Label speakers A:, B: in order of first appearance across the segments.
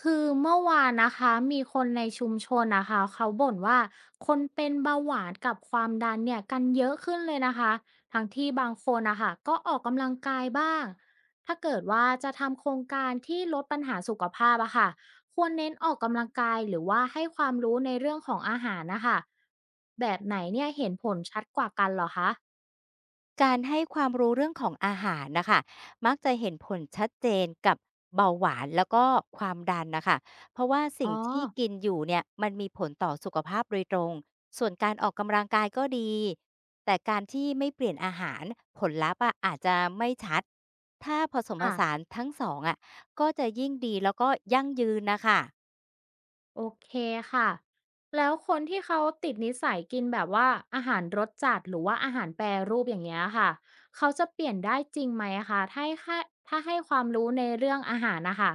A: คือเมื่อวานนะคะมีคนในชุมชนนะคะเขาบ่นว่าคนเป็นเบาหวานกับความดันเนี่ยกันเยอะขึ้นเลยนะคะทั้งที่บางคนนะคะก็ออกกำลังกายบ้างถ้าเกิดว่าจะทำโครงการที่ลดปัญหาสุขภาพอะค่ะควรเน้นออกกำลังกายหรือว่าให้ความรู้ในเรื่องของอาหารนะคะแบบไหนเนี่ยเห็นผลชัดกว่ากันเหรอคะ
B: การให้ความรู้เรื่องของอาหารนะคะมักจะเห็นผลชัดเจนกับเบาหวานแล้วก็ความดันนะคะเพราะว่า
A: อ๋
B: สิ่
A: อ
B: งที่กินอยู่เนี่ยมันมีผลต่อสุขภาพโดยตรงส่วนการออกกำลังกายก็ดีแต่การที่ไม่เปลี่ยนอาหารผลลัพธ์อะอาจจะไม่ชัดถ้าผสมผ
A: ค่ะ
B: สานทั้งสองอ่ะก็จะยิ่งดีแล้วก็ยั่งยืนนะคะ
A: โอเคค่ะแล้วคนที่เขาติดนิสัยกินแบบว่าอาหารรสจัดหรือว่าอาหารแปรรูปอย่างเงี้ยค่ะเขาจะเปลี่ยนได้จริงไหมอะคะถ้าให้ความรู้ในเรื่องอาหารนะคะ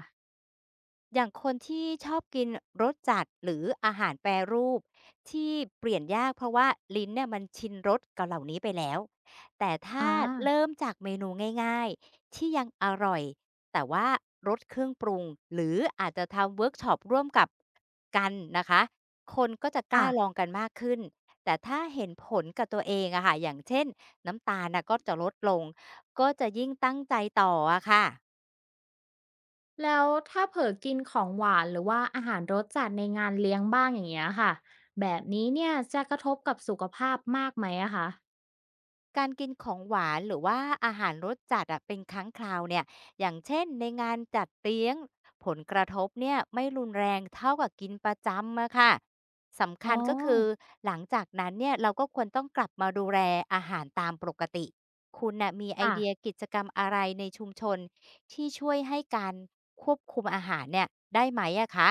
B: อย่างคนที่ชอบกินรสจัดหรืออาหารแปรรูปที่เปลี่ยนยากเพราะว่าลิ้นเนี่ยมันชินรสกับเหล่านี้ไปแล้วแต่ถ้า
A: อา
B: เริ่มจากเมนูง่ายๆที่ยังอร่อยแต่ว่ารสเครื่องปรุงหรืออาจจะทำเวิร์กช็อปร่วมกับกันนะคะคนก็จะกล้าลอ
A: ค่ะ
B: งกันมากขึ้นแต่ถ้าเห็นผลกับตัวเองอะค่ะอย่างเช่นน้ำตาลน่ะก็จะลดลงก็จะยิ่งตั้งใจต่ออะค่ะ
A: แล้วถ้าเผลอกินของหวานหรือว่าอาหารรสจัดในงานเลี้ยงบ้างอย่างเงี้ยค่ะแบบนี้เนี่ยจะกระทบกับสุขภาพมากไหมอะคะ
B: การกินของหวานหรือว่าอาหารรสจัดอะเป็นครั้งคราวเนี่ยอย่างเช่นในงานจัดเลี้ยงผลกระทบเนี่ยไม่รุนแรงเท่ากับกินประจำอะค่ะสำ
A: อ๋อ
B: คัญก็คือหลังจากนั้นเนี่ยเราก็ควรต้องกลับมาดูแลอาหารตามปกติ คุณน่ะมีไอ
A: ค่ะ
B: เดียกิจกรรมอะไรในชุมชนที่ช่วยให้การควบคุมอาหารเนี่ยได้ไหมอะคะ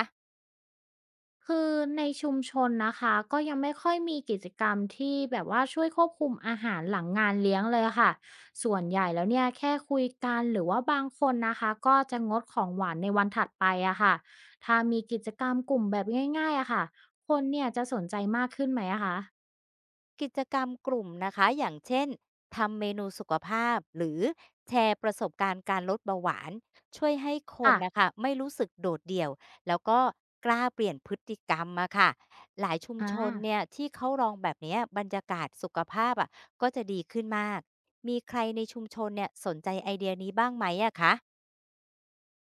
A: คือในชุมชนนะคะก็ยังไม่ค่อยมีกิจกรรมที่แบบว่าช่วยควบคุมอาหารหลังงานเลี้ยงเลยค่ะส่วนใหญ่แล้วเนี่ยแค่คุยกันหรือว่าบางคนนะคะก็จะงดของหวานในวันถัดไปอะค่ะถ้ามีกิจกรรมกลุ่มแบบง่ายๆอะค่ะคนเนี่ยจะสนใจมากขึ้นไหมอะคะ
B: กิจกรรมกลุ่มนะคะอย่างเช่นทำเมนูสุขภาพหรือแชร์ประสบการณ์การลดเบาหวานช่วยให้คนนะ
A: ค่ะ
B: คะไม่รู้สึกโดดเดี่ยวแล้วก็กล้าเปลี่ยนพฤติกรรมมาค่ะหลายชุม
A: อ่า
B: ชนเนี่ยที่เขาลองแบบเนี้ยบรรยากาศสุขภาพอ่ะก็จะดีขึ้นมากมีใครในชุมชนเนี่ยสนใจไอเดียนี้บ้างไหมอะคะ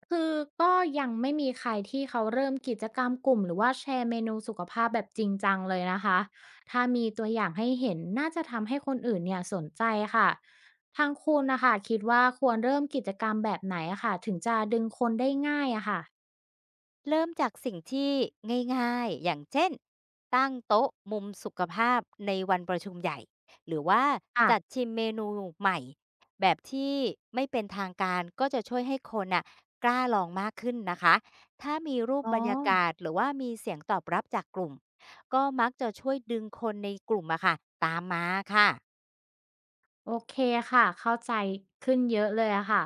A: คือก็ยังไม่มีใครที่เขาเริ่มกิจกรรมกลุ่มหรือว่าแชร์เมนูสุขภาพแบบจริงจังเลยนะคะถ้ามีตัวอย่างให้เห็นน่าจะทำให้คนอื่นเนี่ยสนใจค่ะทางคุณนะคะคิดว่าควรเริ่มกิจกรรมแบบไหนอะค่ะถึงจะดึงคนได้ง่ายอะค่ะ
B: เริ่มจากสิ่งที่ง่ายๆ อย่างเช่น ตั้งโต๊ะมุมสุขภาพในวันประชุมใหญ่ หรือว่า
A: ค่ะ
B: จัดชิมเมนูใหม่แบบที่ไม่เป็นทางการก็จะช่วยให้คนน่ะกล้าลองมากขึ้นนะคะถ้ามีรูป
A: อ๋อ
B: บรรยากาศหรือว่ามีเสียงตอบรับจากกลุ่มก็มักจะช่วยดึงคนในกลุ่มอะค่ะตามมาค่ะ
A: โอเคค่ะเข้าใจขึ้นเยอะเลยอะค่ะ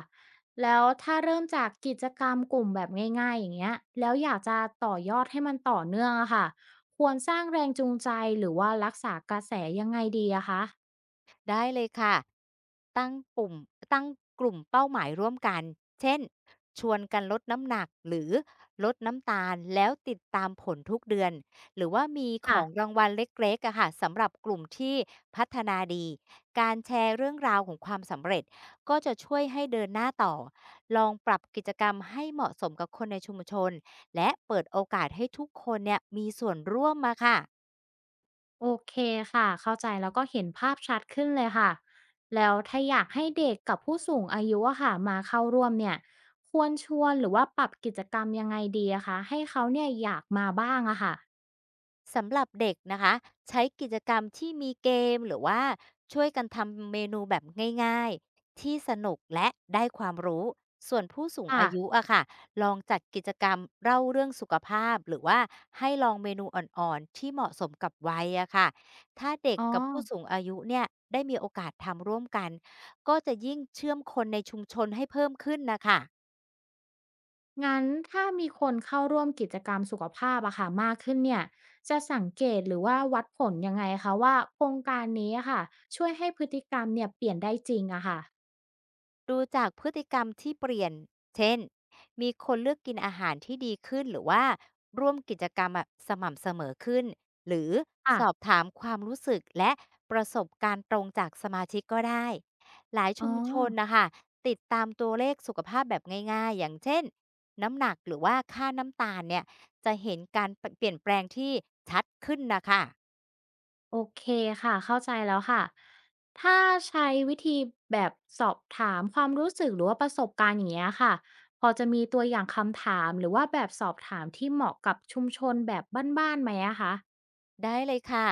A: แล้วถ้าเริ่มจากกิจกรรมกลุ่มแบบง่ายๆอย่างเงี้ยแล้วอยากจะต่อยอดให้มันต่อเนื่องอะค่ะควรสร้างแรงจูงใจหรือว่ารักษากระแสยังไงดีอะคะ
B: ได้เลยค่ะตั้งปุ่มตั้งกลุ่มเป้าหมายร่วมกันเช่นชวนกันลดน้ำหนักหรือลดน้ำตาลแล้วติดตามผลทุกเดือนหรือว่ามีข
A: ค่ะ
B: องรางวัลเล็กๆอะค่ะสำหรับกลุ่มที่พัฒนาดีการแชร์เรื่องราวของความสำเร็จก็จะช่วยให้เดินหน้าต่อลองปรับกิจกรรมให้เหมาะสมกับคนในชุมชนและเปิดโอกาสให้ทุกคนเนี่ยมีส่วนร่วมมาค่ะ
A: โอเคค่ะเข้าใจแล้วก็เห็นภาพชัดขึ้นเลยค่ะแล้วถ้าอยากให้เด็กกับผู้สูงอายุอะค่ะมาเข้าร่วมเนี่ยควรชวนหรือว่าปรับกิจกรรมยังไงดีอะคะให้เขาเนี่ยอยากมาบ้างอะค่ะ
B: สำหรับเด็กนะคะใช้กิจกรรมที่มีเกมหรือว่าช่วยกันทำเมนูแบบง่ายๆที่สนุกและได้ความรู้ส่วนผู้สูง
A: ค่ะ
B: อายุอะค่ะลองจัดกิจกรรมเล่าเรื่องสุขภาพหรือว่าให้ลองเมนูอ่อนๆที่เหมาะสมกับวัยอะค่ะถ้าเด็ก
A: อ๋อ
B: กับผู้สูงอายุเนี่ยได้มีโอกาสทำร่วมกันก็จะยิ่งเชื่อมคนในชุมชนให้เพิ่มขึ้นนะคะ
A: งั้นถ้ามีคนเข้าร่วมกิจกรรมสุขภาพอะค่ะมากขึ้นเนี่ยจะสังเกตหรือว่าวัดผลยังไงคะว่าโครงการนี้อะค่ะช่วยให้พฤติกรรมเนี่ยเปลี่ยนได้จริงอะค่ะ
B: ดูจากพฤติกรรมที่เปลี่ยน เช่น มีคนเลือกกินอาหารที่ดีขึ้น หรือว่าร่วมกิจกรรมแบบสม่ำเสมอขึ้น หรือสอบ
A: ค่ะ
B: ถามความรู้สึกและประสบการณ์ตรงจากสมาชิกก็ได้ หลาย
A: อ๋อ
B: ชุมชนนะคะติดตามตัวเลขสุขภาพแบบง่ายๆ อย่างเช่นน้ำหนักหรือว่าค่าน้ำตาลเนี่ยจะเห็นการเปลี่ยนแปลงที่ชัดขึ้นนะคะ
A: โอเคค่ะเข้าใจแล้วค่ะถ้าใช้วิธีแบบสอบถามความรู้สึกหรือว่าประสบการณ์อย่างเงี้ยค่ะพอจะมีตัวอย่างคำถามหรือว่าแบบสอบถามที่เหมาะกับชุมชนแบบบ้านๆไหมอะคะ
B: ได้เลยค่ะ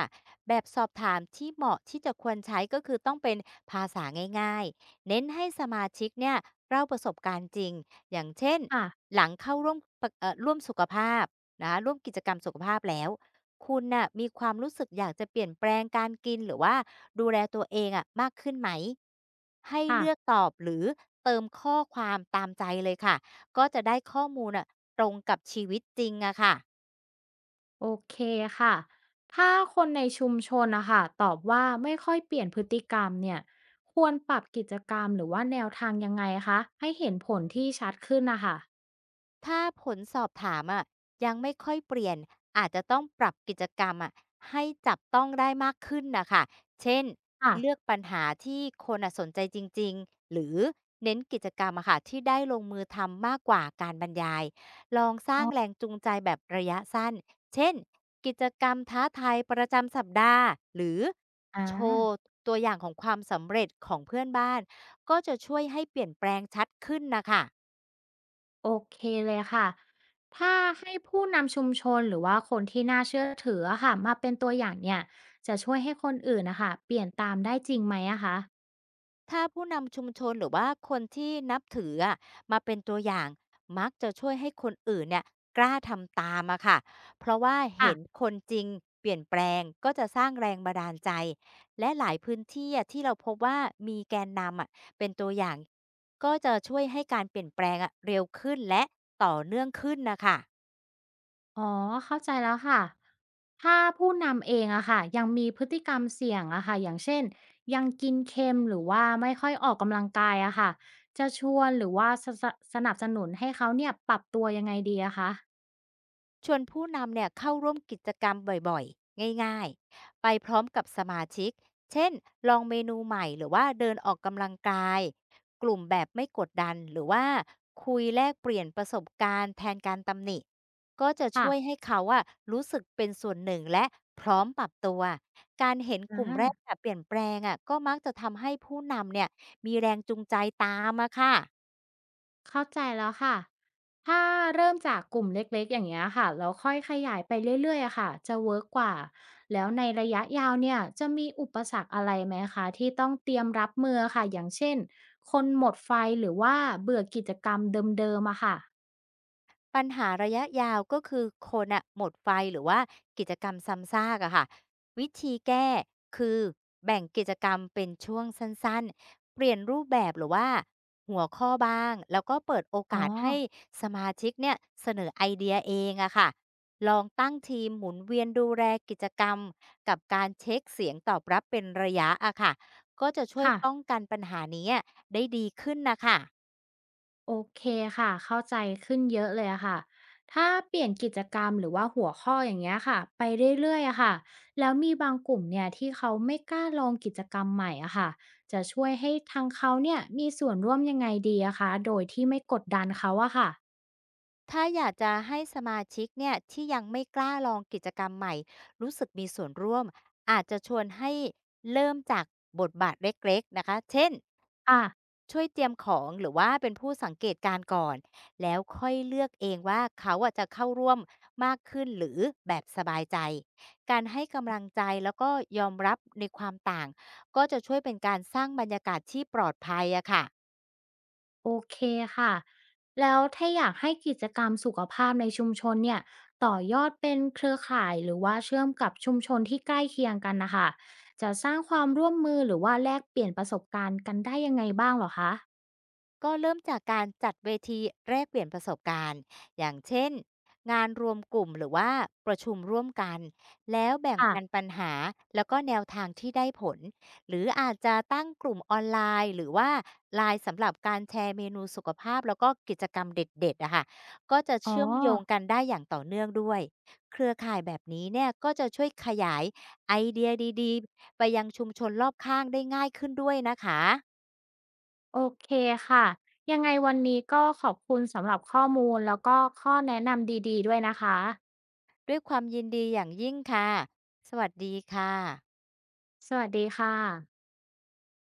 B: แบบสอบถามที่เหมาะที่จะควรใช้ก็คือต้องเป็นภาษาง่ายๆเน้นให้สมาชิกเนี่ยเล่าประสบการณ์จริงอย่างเช่น
A: ค่ะ
B: หลังเข้าร่วมปะเอ่อร่วมสุขภาพนะคะร่วมกิจกรรมสุขภาพแล้วคุณน่ะมีความรู้สึกอยากจะเปลี่ยนแปลงการกินหรือว่าดูแลตัวเองอะมากขึ้นไหมให้
A: ค่ะ
B: เลือกตอบหรือเติมข้อความตามใจเลยค่ะก็จะได้ข้อมูลอะตรงกับชีวิตจริงอะค่ะ
A: โอเคค่ะ ถ้าคนในชุมชนนะคะตอบว่าไม่ค่อยเปลี่ยนพฤติกรรมเนี่ยควรปรับกิจกรรมหรือว่าแนวทางยังไงคะ ให้เห็นผลที่ชัดขึ้นนะคะ
B: ถ้าผลสอบถามอะยังไม่ค่อยเปลี่ยนอาจจะต้องปรับกิจกรรมอะให้จับต้องได้มากขึ้นน่ะค่ะเช่น
A: ค่ะ
B: เลือกปัญหาที่คนอ่ะสนใจจริงๆหรือเน้นกิจกรรมอะค่ะที่ได้ลงมือทำมากกว่าการบรรยายลองสร้า
A: อ๋
B: ง
A: อ
B: แรงจูงใจแบบระยะสั้นเช่นกิจกรรมท้าทายประจำสัปดาห์หรือ
A: อ่า
B: โชว์ตัวอย่างของความสำเร็จของเพื่อนบ้านก็จะช่วยให้เปลี่ยนแปลงชัดขึ้นน่ะค่ะ
A: โอเคเลยค่ะ ถ้าให้ผู้นำชุมชนหรือว่าคนที่น่าเชื่อถืออะค่ะมาเป็นตัวอย่างเนี่ยจะช่วยให้คนอื่นนะคะเปลี่ยนตามได้จริงไหมอะคะ
B: ถ้าผู้นำชุมชนหรือว่าคนที่นับถืออะมาเป็นตัวอย่างมักจะช่วยให้คนอื่นเนี่ยกล้าทำตามอะค่ะเพราะว่า
A: ค่ะ
B: เห็นคนจริงเปลี่ยนแปลงก็จะสร้างแรงบันดาลใจและหลายพื้นที่อะที่เราพบว่ามีแกนนำอะเป็นตัวอย่างก็จะช่วยให้การเปลี่ยนแปลงอะเร็วขึ้นและต่อเนื่องขึ้นนะคะ
A: อ๋อเข้าใจแล้วค่ะถ้าผู้นำเองอะค่ะยังมีพฤติกรรมเสี่ยงอะค่ะอย่างเช่นยังกินเค็มหรือว่าไม่ค่อยออกกำลังกายอะค่ะจะชวนหรือว่าสนับสนุนให้เขาเนี่ยปรับตัวยังไงดีอะคะ
B: ชวนผู้นำเนี่ยเข้าร่วมกิจกรรมบ่อยๆ ง่ายๆ ไปพร้อมกับสมาชิกเช่นลองเมนูใหม่หรือว่าเดินออกกำลังกายกลุ่มแบบไม่กดดันหรือว่าคุยแลกเปลี่ยนประสบการณ์แทนการตำหนิก็จะ
A: ค่ะ
B: ช่วยให้เขาอะรู้สึกเป็นส่วนหนึ่งและพร้อมปรับตัวการเห็นกลุ่มแร
A: อา
B: กอะเปลี่ยนแปลงอะก็มักจะทำให้ผู้นำเนี่ยมีแรงจูงใจตามอะค่ะ
A: เข้าใจแล้วค่ะ ถ้าเริ่มจากกลุ่มเล็กๆ อย่างเงี้ยค่ะแล้วค่อยขยายไปเรื่อยๆอะค่ะ จะเวิร์กกว่า แล้วในระยะยาวเนี่ย จะมีอุปสรรคอะไรไหมคะที่ต้องเตรียมรับมือค่ะ อย่างเช่น คนหมดไฟหรือว่าเบื่อกิจกรรมเดิมๆอะค่ะ
B: ปัญหาระยะยาวก็คือคนน่ะหมดไฟหรือว่ากิจกรรมซ้ำซากอะค่ะวิธีแก้คือแบ่งกิจกรรมเป็นช่วงสั้นๆเปลี่ยนรูปแบบหรือว่าหัวข้อบ้างแล้วก็เปิดโอ
A: อ๋อ
B: กาสให้สมาชิกเนี่ยเสนอไอเดียเองอะค่ะลองตั้งทีมหมุนเวียนดูแลกิจกรรมกับการเช็คเสียงตอบรับเป็นระยะอะค่ะก็จะช่วย
A: ค่ะ
B: ป้องกันปัญหานี้ได้ดีขึ้นนะคะ
A: โอเคค่ะเข้าใจขึ้นเยอะเลยอะค่ะถ้าเปลี่ยนกิจกรรมหรือว่าหัวข้ออย่างเงี้ยค่ะไปเรื่อยๆอะค่ะแล้วมีบางกลุ่มเนี่ยที่เขาไม่กล้าลองกิจกรรมใหม่อะค่ะจะช่วยให้ทางเขาเนี่ยมีส่วนร่วมยังไงดีอะคะโดยที่ไม่กดดันเขาอะค่ะ
B: ถ้าอยากจะให้สมาชิกเนี่ยที่ยังไม่กล้าลองกิจกรรมใหม่รู้สึกมีส่วนร่วมอาจจะชวนให้เริ่มจากบทบาทเล็กๆนะคะเช่น
A: ค่ะ
B: ช่วยเตรียมของหรือว่าเป็นผู้สังเกตการณ์ก่อนแล้วค่อยเลือกเองว่าเขาอะจะเข้าร่วมมากขึ้นหรือแบบสบายใจการให้กำลังใจแล้วก็ยอมรับในความต่างก็จะช่วยเป็นการสร้างบรรยากาศที่ปลอดภัยอะค่ะ
A: โอเคค่ะแล้วถ้าอยากให้กิจกรรมสุขภาพในชุมชนเนี่ยต่อยอดเป็นเครือข่ายหรือว่าเชื่อมกับชุมชนที่ใกล้เคียงกันนะคะจะสร้างความร่วมมือหรือว่าแลกเปลี่ยนประสบการณ์กันได้ยังไงบ้างเหรอคะ
B: ก็เริ่มจากการจัดเวทีแลกเปลี่ยนประสบการณ์อย่างเช่นงานรวมกลุ่มหรือว่าประชุมร่วมกันแล้วแบ่งปัน
A: ค่ะ
B: ปัญหาแล้วก็แนวทางที่ได้ผลหรืออาจจะตั้งกลุ่มออนไลน์หรือว่าไลน์สำหรับการแชร์เมนูสุขภาพแล้วก็กิจกรรมเด็ดๆอะค่ะก็จะ
A: อ๋อ
B: เชื่อมโยงกันได้อย่างต่อเนื่องด้วยเครือข่ายแบบนี้เนี่ยก็จะช่วยขยายไอเดียดีๆไปยังชุมชนรอบข้างได้ง่ายขึ้นด้วยนะคะ
A: โอเคค่ะยังไงวันนี้ก็ขอบคุณสำหรับข้อมูลแล้วก็ข้อแนะนำดีๆด้วยนะคะ
B: ด้วยความยินดีอย่างยิ่งค่ะ สวัสดีค่ะ
A: สวัสดีค่ะ